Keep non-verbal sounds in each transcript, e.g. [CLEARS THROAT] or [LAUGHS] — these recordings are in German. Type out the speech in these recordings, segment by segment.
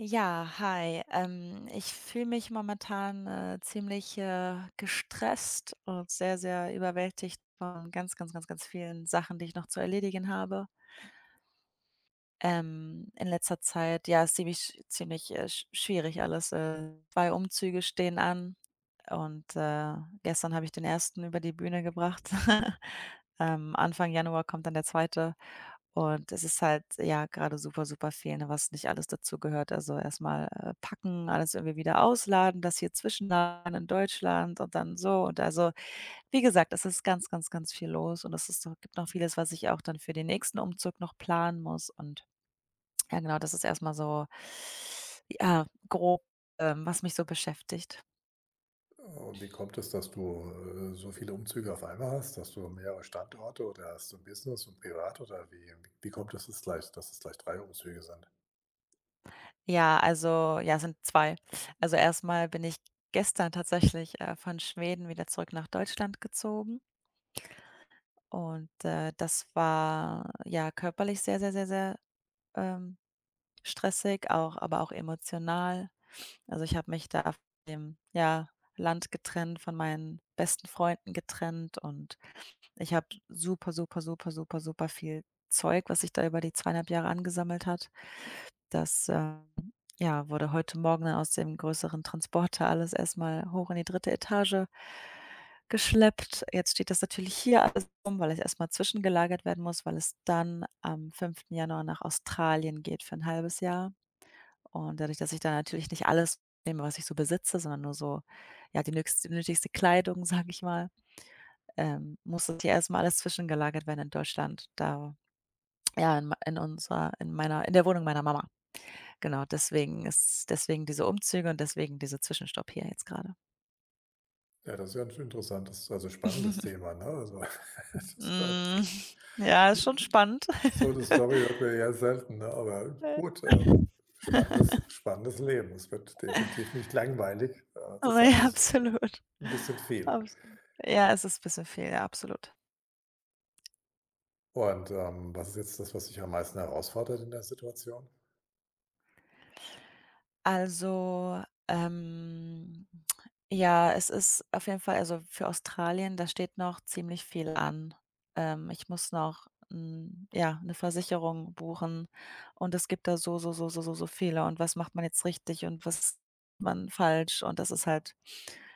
Ja, hi. Ich fühle mich momentan ziemlich gestresst und sehr, sehr überwältigt von ganz, ganz, ganz, ganz vielen Sachen, die ich noch zu erledigen habe. In letzter Zeit, ja, ist ziemlich schwierig alles. 2 Umzüge stehen an und gestern habe ich den ersten über die Bühne gebracht. [LAUGHS] Anfang Januar kommt dann der zweite und es ist halt, ja, gerade super, super viel, ne, was nicht alles dazu gehört. Also, erstmal packen, alles irgendwie wieder ausladen, das hier zwischenladen in Deutschland und dann so und also, wie gesagt, es ist ganz, ganz, ganz viel los und es ist noch gibt noch vieles, was ich auch dann für den nächsten Umzug noch planen muss und ja, genau, das ist erstmal so, ja, grob, was mich so beschäftigt. Und wie kommt es, dass du so viele Umzüge auf einmal hast? Dass du mehrere Standorte oder hast du ein Business und privat oder wie kommt es, dass es gleich drei Umzüge sind? Ja, also ja, es sind 2. Also, erstmal bin ich gestern tatsächlich, von Schweden wieder zurück nach Deutschland gezogen und das war, ja, körperlich sehr, sehr, sehr, sehr, ähm, stressig, auch aber auch emotional. Also, ich habe mich da auf dem, ja, Land getrennt, von meinen besten Freunden getrennt und ich habe super, super, super, super, super viel Zeug, was sich da über die 2,5 Jahre angesammelt hat. Das, ähm, ja, wurde heute Morgen dann aus dem größeren Transporter alles erstmal hoch in die 3. Etage geschleppt. Jetzt steht das natürlich hier alles rum, weil es erstmal zwischengelagert werden muss, weil es dann am 5. Januar nach Australien geht für ein halbes Jahr. Und dadurch, dass ich da natürlich nicht alles nehme, was ich so besitze, sondern nur so, ja, die nöchst nötigste Kleidung, [LAUGHS] sage ich mal, muss das hier erstmal alles zwischengelagert werden in Deutschland, da ja, in mei in unserer in meiner in der Wohnung meiner Mama. Genau, deswegen diese Umzüge und deswegen dieser Zwischenstopp hier jetzt gerade. Ja, das ist ja 'n interessantes, also spannendes [LAUGHS] Thema, ne? Also, [LAUGHS] das hört, Hm, ja, ist schon spannend. so 'ne [LAUGHS] Story hört man ja selten, ne? Aber gut, [LAUGHS] Äh. spannendes Leben. Es wird definitiv nicht langweilig, zur Ja, ist absolut. ein bisschen viel. Abs Ja, es ist ein bisschen viel, ja, absolut. Und, was ist jetzt das, was dich am meisten herausfordert in der Situation? Also, ja, es ist auf jeden Fall, also, für Australien, da steht noch ziemlich viel an. Ich muss noch 'n ja, eine Versicherung buchen und es gibt da so, so, so, so, so, so viele, und was macht man jetzt richtig und was macht man falsch, und das ist halt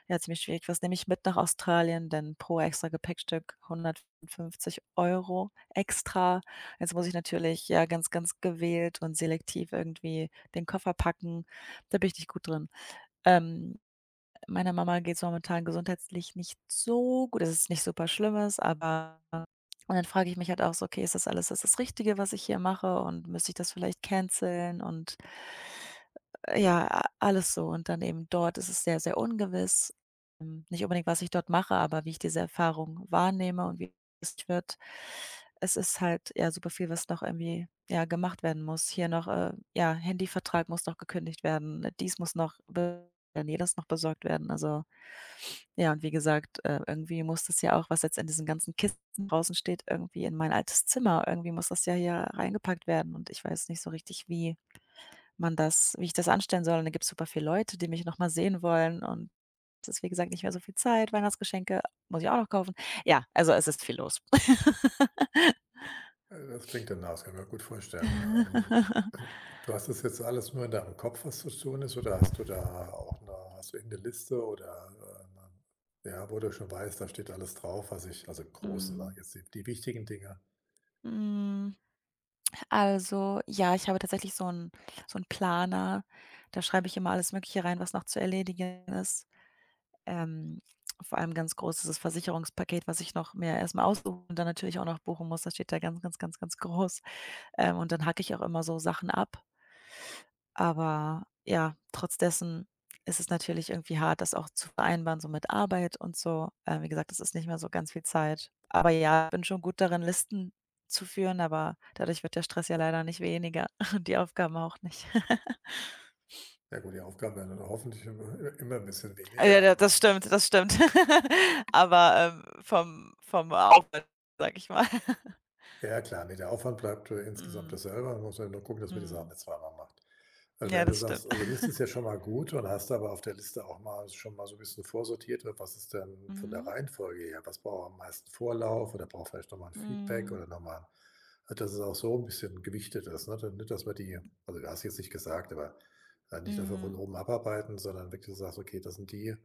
ja, ziemlich schwierig. Was nehme ich mit nach Australien? Denn pro extra Gepäckstück 150 € extra. Jetzt muss ich natürlich, ja, ganz, ganz gewählt und selektiv irgendwie den Koffer packen. Da bin ich nicht gut drin. Ähm, meiner Mama geht's momentan gesundheitlich nicht so gut. Es ist nicht super Schlimmes, aber, und dann frage ich mich halt auch so: „Okay, ist das alles das Richtige, was ich hier mache, und müsste ich das vielleicht canceln?“ Und ja, alles so, und dann eben dort ist es sehr, sehr ungewiss. Nicht unbedingt, was ich dort mache, aber wie ich diese Erfahrung wahrnehme und wie es wird. Es ist halt, ja, super viel, was noch irgendwie, ja, gemacht werden muss. Hier noch, ja, Handyvertrag muss noch gekündigt werden. Dies muss noch, jenes noch besorgt werden. Also, ja, und wie gesagt, irgendwie muss das ja auch, was jetzt in diesen ganzen Kisten draußen steht, irgendwie in mein altes Zimmer. Irgendwie muss das ja hier reingepackt werden und ich weiß nicht so richtig, wie ich das anstellen soll. Und da gibt's super viele Leute, die mich noch mal sehen wollen, und es ist, wie gesagt, nicht mehr so viel Zeit. Weihnachtsgeschenke muss ich auch noch kaufen. Ja, also es ist viel los. [LAUGHS] Das klingt danach, das kann ich mir gut vorstellen. Ähm, [CLEARS THROAT] du hast das jetzt alles nur in deinem Kopf, was zu tun ist, oder hast du da auch eine hast du irgendeine Liste oder, äh, 'ne ja, wo du schon weißt, da steht alles drauf, was ich, also Großen, ne, Mhm. jetzt die wichtigen Dinge. Hm, also, ja, ich habe tatsächlich so 'n Planer. Da schreibe ich immer alles Mögliche rein, was noch zu erledigen ist. Ähm, Vor allem ganz groß ist das Versicherungspaket, was ich noch mir erstmal mal aussuchen und dann natürlich auch noch buchen muss. Das steht da ganz, ganz, ganz, ganz groß. Und dann hacke ich auch immer so Sachen ab. Aber ja, trotz dessen ist es natürlich irgendwie hart, das auch zu vereinbaren, so mit Arbeit und so. Wie gesagt, es ist nicht mehr so ganz viel Zeit. Aber ja, ich bin schon gut darin, Listen zu führen, aber dadurch wird der Stress ja leider nicht weniger [LAUGHS] und die Aufgaben auch nicht. [LAUGHS] Ja gut, die Aufgaben werden dann hoffentlich immer 'n bisschen Ja, weniger, da das aber stimmt, das stimmt. [LAUGHS] Aber, vom Aufwand, sag ich mal. [LAUGHS] ja klar, ne, der Aufwand bleibt, insgesamt Mhm, dasselbe. Man muss halt nur gucken, dass man die Sachen mhm. nicht zweimal macht. Ja, Wenn du das stimmt. sagst, also Liste ist [LAUGHS] ja schon mal gut und hast aber auf der Liste auch mal schon mal so ein bisschen vorsortiert, was ist denn von der Mhm, Reihenfolge her? Was braucht am meisten Vorlauf oder braucht vielleicht nochmal ein Feedback mhm, oder nochmal? Mal dass es auch so ein bisschen gewichtet ist, ne? Dann nicht, dass man die, also du hast jetzt nicht gesagt, aber, nicht einfach von mhm, oben abarbeiten, sondern wirklich du sagst: „Okay, das sind die,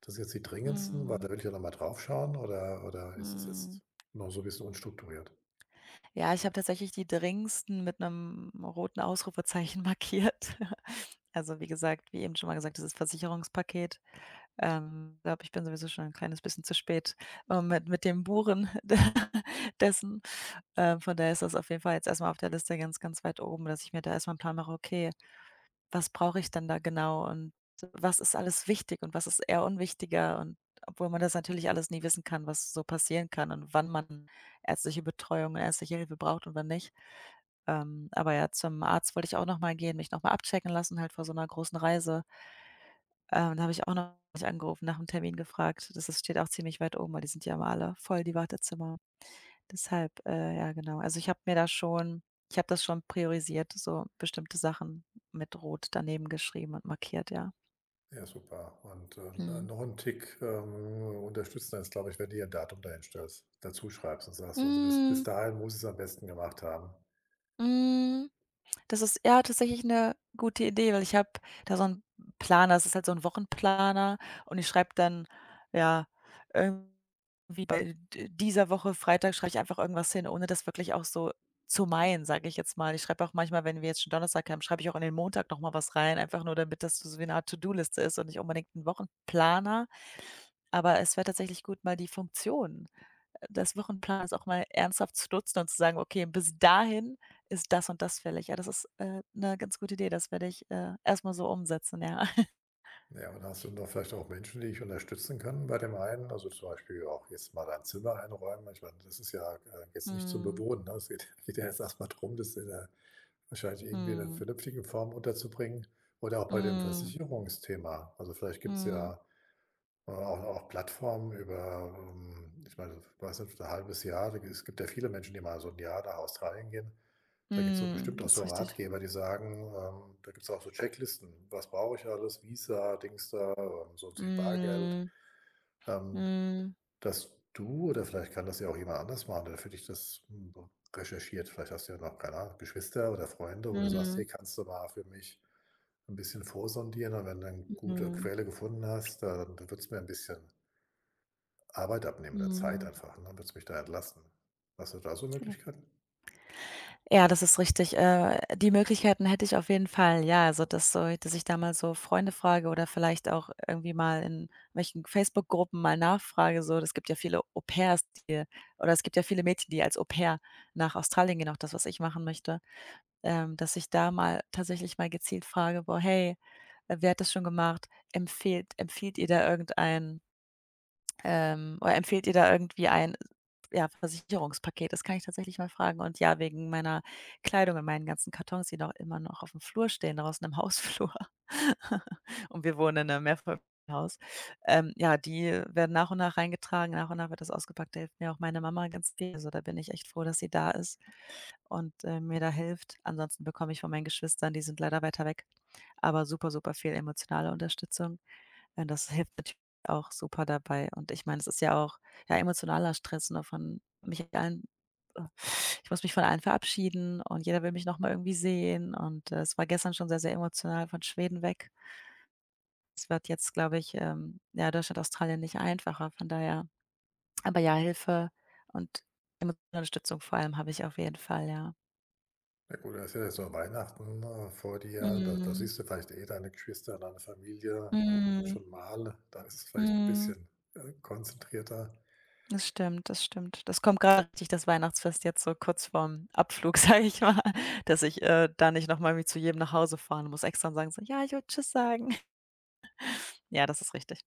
das sind jetzt die dringendsten, weil da mhm, will ich ja nochmal mal drauf schauen.“ Oder ist es mhm. jetzt noch so ein bisschen unstrukturiert? Ja, ich habe tatsächlich die dringendsten mit einem roten Ausrufezeichen markiert. [LAUGHS] Also, wie eben schon mal gesagt, das ist Versicherungspaket. Glaube, ich bin sowieso schon ein kleines bisschen zu spät, mit dem Buchen [LAUGHS] de dessen. Von daher ist das auf jeden Fall jetzt erstmal auf der Liste ganz, ganz weit oben, dass ich mir da erstmal mal Plan mache: „Okay, was brauche ich denn da genau und was ist alles wichtig und was ist eher unwichtiger und obwohl man das natürlich alles nie wissen kann, was so passieren kann und wann man ärztliche Betreuung und ärztliche Hilfe braucht und wann nicht. Aber ja, zum Arzt wollte ich auch noch mal gehen, mich noch mal abchecken lassen halt vor so einer großen Reise. Da habe ich auch noch nicht angerufen, nach dem Termin gefragt. Das ist steht auch ziemlich weit oben, weil die sind ja immer alle voll, die Wartezimmer. Deshalb, ja, genau. Also, ich habe das schon priorisiert, so bestimmte Sachen mit Rot daneben geschrieben und markiert, ja. Ja, super. Und, no Mhm. noch ein Tick, unterstützender ist, glaube ich, wenn du dir 'n Datum dahinstellst dazuschreibst und sagst: „Also, bis Hm, dahin muss ich's am besten gemacht haben.“ hm, Das ist ja tatsächlich eine gute Idee, weil ich habe da so einen Planer. Das ist halt so ein Wochenplaner und ich schreibe dann, ja, irgendwie bei d dieser Woche Freitag schreibe ich einfach irgendwas hin, ohne das wirklich auch so zu meinen, sage ich jetzt mal. Ich schreibe auch manchmal, wenn wir jetzt schon Donnerstag haben, schreibe ich auch an den Montag noch mal was rein, einfach nur damit das so wie eine Art To-do-Liste ist und nicht unbedingt ein Wochenplaner. Aber es wäre tatsächlich gut, mal die Funktion des Wochenplans auch mal ernsthaft zu nutzen und zu sagen: „Okay, bis dahin ist das und das fällig.“ Ja, das ist, 'ne ganz gute Idee. Das werde ich, erst mal so umsetzen, ja. [LAUGHS] Ja, und hast du noch vielleicht auch Menschen, die ich unterstützen kann bei dem einen? Also, zum Beispiel auch jetzt mal dein Zimmer einräumen. Ich meine, das ist ja, jetzt nicht zum Mhm. Bewohnen, ne? Es geht [LAUGHS] geht ja jetzt erst mal drum, das in 'ner wahrscheinlich irgendwie in 'ner Mhm. vernünftigen Form unterzubringen. Oder auch bei dem Mhm. Versicherungsthema. Also, vielleicht gibt's Mhm. ja oder auch Plattformen über, ich meine, ich weiß nicht, ein halbes Jahr. Da es gibt ja viele Menschen, die mal so ein Jahr nach Australien gehen. Da gibt's so Mhm. bestimmt auch Das so ist richtig. Ratgeber, die sagen, da gibt's auch so Checklisten: „Was brauche ich alles? Visa, Dings da, so viel Bargeld.“ Mhm. Ähm, Mhm. dass du oder vielleicht kann das ja auch jemand anders machen, der für dich das, recherchiert. Vielleicht hast du ja noch, keine Ahnung, Geschwister oder Freunde, wo du sagst: „Hey, Mhm. kannst du mal für mich ein bisschen vorsondieren?“ Und wenn du eine gute Mhm. Quelle gefunden hast, da dann wird's mir ein bisschen Arbeit abnehmen oder Zeit Mhm. einfach, ne? Willst mich da entlasten? Hast du da so Ja. Möglichkeiten? Ja, das ist richtig. Die Möglichkeiten hätte ich auf jeden Fall. Ja, also das so, dass ich da mal so Freunde frage oder vielleicht auch irgendwie mal in welchen Facebook-Gruppen mal nachfrage, so. Es gibt ja viele Au-pairs, die, oder es gibt ja viele Mädchen, die als Au-pair nach Australien gehen, auch das, was ich machen möchte. Dass ich da mal tatsächlich mal gezielt frage: „Boah, hey, wer hat das schon gemacht? Empfehlt Empfiehlt ihr da irgendeinen?“ Oder empfehlt ihr da irgendwie ein, ja, Versicherungspaket? Das kann ich tatsächlich mal fragen. Und ja, wegen meiner Kleidung und meinen ganzen Kartons, die doch immer noch auf dem Flur stehen, draußen im Hausflur. [LAUGHS] Und wir wohnen in einem Mehrfamilienhaus. Ja, die werden nach und nach reingetragen, nach und nach wird das ausgepackt. Da hilft mir auch meine Mama ganz viel. Also, da bin ich echt froh, dass sie da ist und mir da hilft. Ansonsten bekomme ich von meinen Geschwistern, die sind leider weiter weg, aber super, super viel emotionale Unterstützung. Ja, das [LAUGHS] hilft natürlich auch super dabei. Und ich meine, es ist ja auch, ja, emotionaler Stress, ne, von mich allen äh, ich muss mich von allen verabschieden und jeder will mich noch mal irgendwie sehen. Und, es war gestern schon sehr, sehr emotional von Schweden weg. Es wird jetzt, glaube ich, ja, Deutschland, Australien nicht einfacher, von daher, aber ja, Hilfe und Unterstützung vor allem habe ich auf jeden Fall, ja. Ja gut, da ist ja jetzt noch Weihnachten, vor dir, da Mhm. siehst du vielleicht eh deine Geschwister, deine Familie, Mhm. schon mal. Da ist es vielleicht ein Mhm. bisschen, konzentrierter. Das stimmt, das stimmt. Das kommt grad richtig, das Weihnachtsfest jetzt so kurz vorm Abflug, [LAUGHS] sage ich mal, dass ich, da nicht noch mal irgendwie zu jedem nach Hause fahren muss, extra und sagen so: „Ja, ich will tschüss sagen.“ [LAUGHS] Ja, das ist richtig.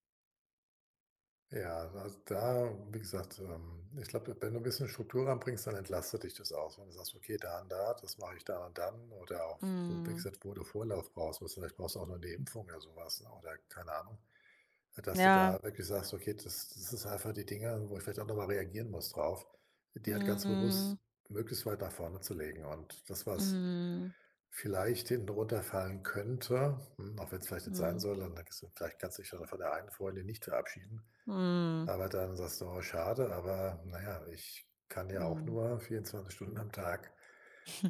Ja, also da, wie gesagt, ich glaube, wenn du 'n bisschen Struktur reinbringst, dann entlastet dich das auch. Wenn du sagst: „Okay, da und da, das mache ich da und dann“, oder auch, wo, wie Mhm. gesagt, wo du Vorlauf brauchst, was vielleicht brauchst du auch noch 'ne Impfung oder sowas, ne, oder keine Ahnung. Dass du Ja. da wirklich sagst: „Okay, das ist einfach die Dinge, wo ich vielleicht auch noch mal reagieren muss drauf“, die halt ganz Mhm. bewusst möglichst weit nach vorne zu legen und das, was Mhm. vielleicht hinten runterfallen könnte, auch wenn es vielleicht nicht sein Mhm. soll, dann denkst: „Vielleicht kannst du dich schon von der einen Freundin nicht verabschieden“, Mhm. aber dann sagst du: „Oh, schade, aber naja, ich kann ja auch Mhm. nur 24 Stunden am Tag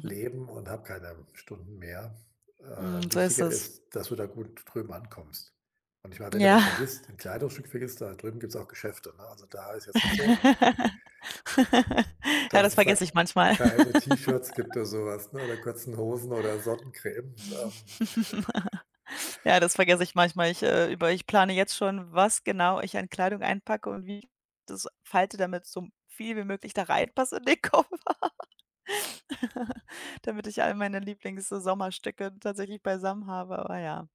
leben und habe keine Stunden mehr.“ Mhm, [LAUGHS] so ist wichtiger es. ist, dass du da gut drüben ankommst. Und ich meine, wenn du Ja. was vergisst, ein Kleidungsstück vergisst, da drüben gibt es auch Geschäfte, ne? Also, da ist jetzt nicht so, [LAUGHS] Ja, dass das es da vergesse ich manchmal. keine T-Shirts gibt oder sowas, ne, oder kurzen Hosen oder Sonnencreme. [LAUGHS] Ja, das vergesse ich manchmal. Ich plane jetzt schon, was genau ich an Kleidung einpacke und wie ich das falte, damit so viel wie möglich da reinpasst in den Koffer, [LAUGHS] damit ich all meine Lieblings- Sommerstücke tatsächlich beisammen habe. Aber ja,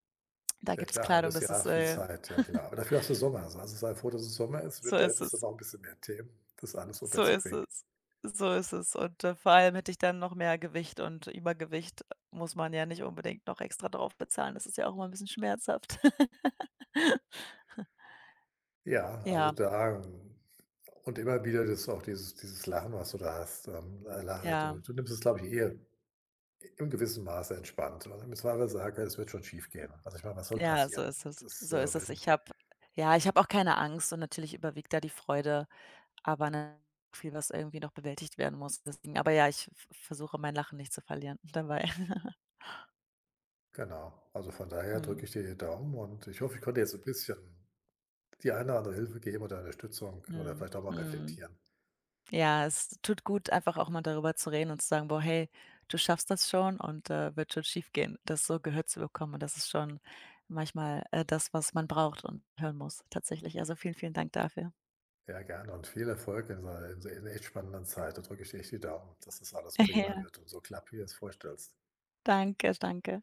da Ja gibt's klar, Kleidung, halbes das Jahr ist, viel Zeit, ja [LAUGHS] klar. Aber dafür hast du Sommer. Also, sei froh, dass es Sommer ist. so Winter ist hättest du es. noch ein bisschen mehr Themen, das alles So ist unterzukriegen. es. So ist es. Und, vor allem hätte ich dann noch mehr Gewicht, und Übergewicht muss man ja nicht unbedingt noch extra drauf bezahlen. Das ist ja auch immer ein bisschen schmerzhaft. [LAUGHS] Ja, also Ja, da und immer wieder das auch dieses Lachen, was du da hast, la ja. du nimmst es, glaube ich, eher im gewissen Maße entspannt. Und im Zweifel sage: „Es wird schon schief gehen. Also, ich meine, was soll Ja, so passieren? ist es. Das, So ist es. wenn Ich habe Ja, ich habe auch keine Angst und natürlich überwiegt da die Freude, aber na, viel, was irgendwie noch bewältigt werden muss. Deswegen, aber ja, ich v versuche, mein Lachen nicht zu verlieren dabei. [LAUGHS] genau. Also, von daher drücke Mhm. ich dir die Daumen und ich hoffe, ich konnte jetzt ein bisschen die eine oder andere Hilfe geben oder Unterstützung oder Mhm. vielleicht auch mal Mhm. reflektieren. Ja, es tut gut, einfach auch mal darüber zu reden und zu sagen: „Boah, hey, du schaffst das schon und, wird schon schief gehen.“ Das so gehört zu bekommen, und das ist schon manchmal, das, was man braucht und hören muss tatsächlich. Also, vielen, vielen Dank dafür. Ja, gerne und viel Erfolg in so einer, in so 'ner echt spannenden Zeit. Da drücke ich dir echt die Daumen, dass das alles [LAUGHS] prima Ja, wird und so klappt, wie du es vorstellst. danke, danke.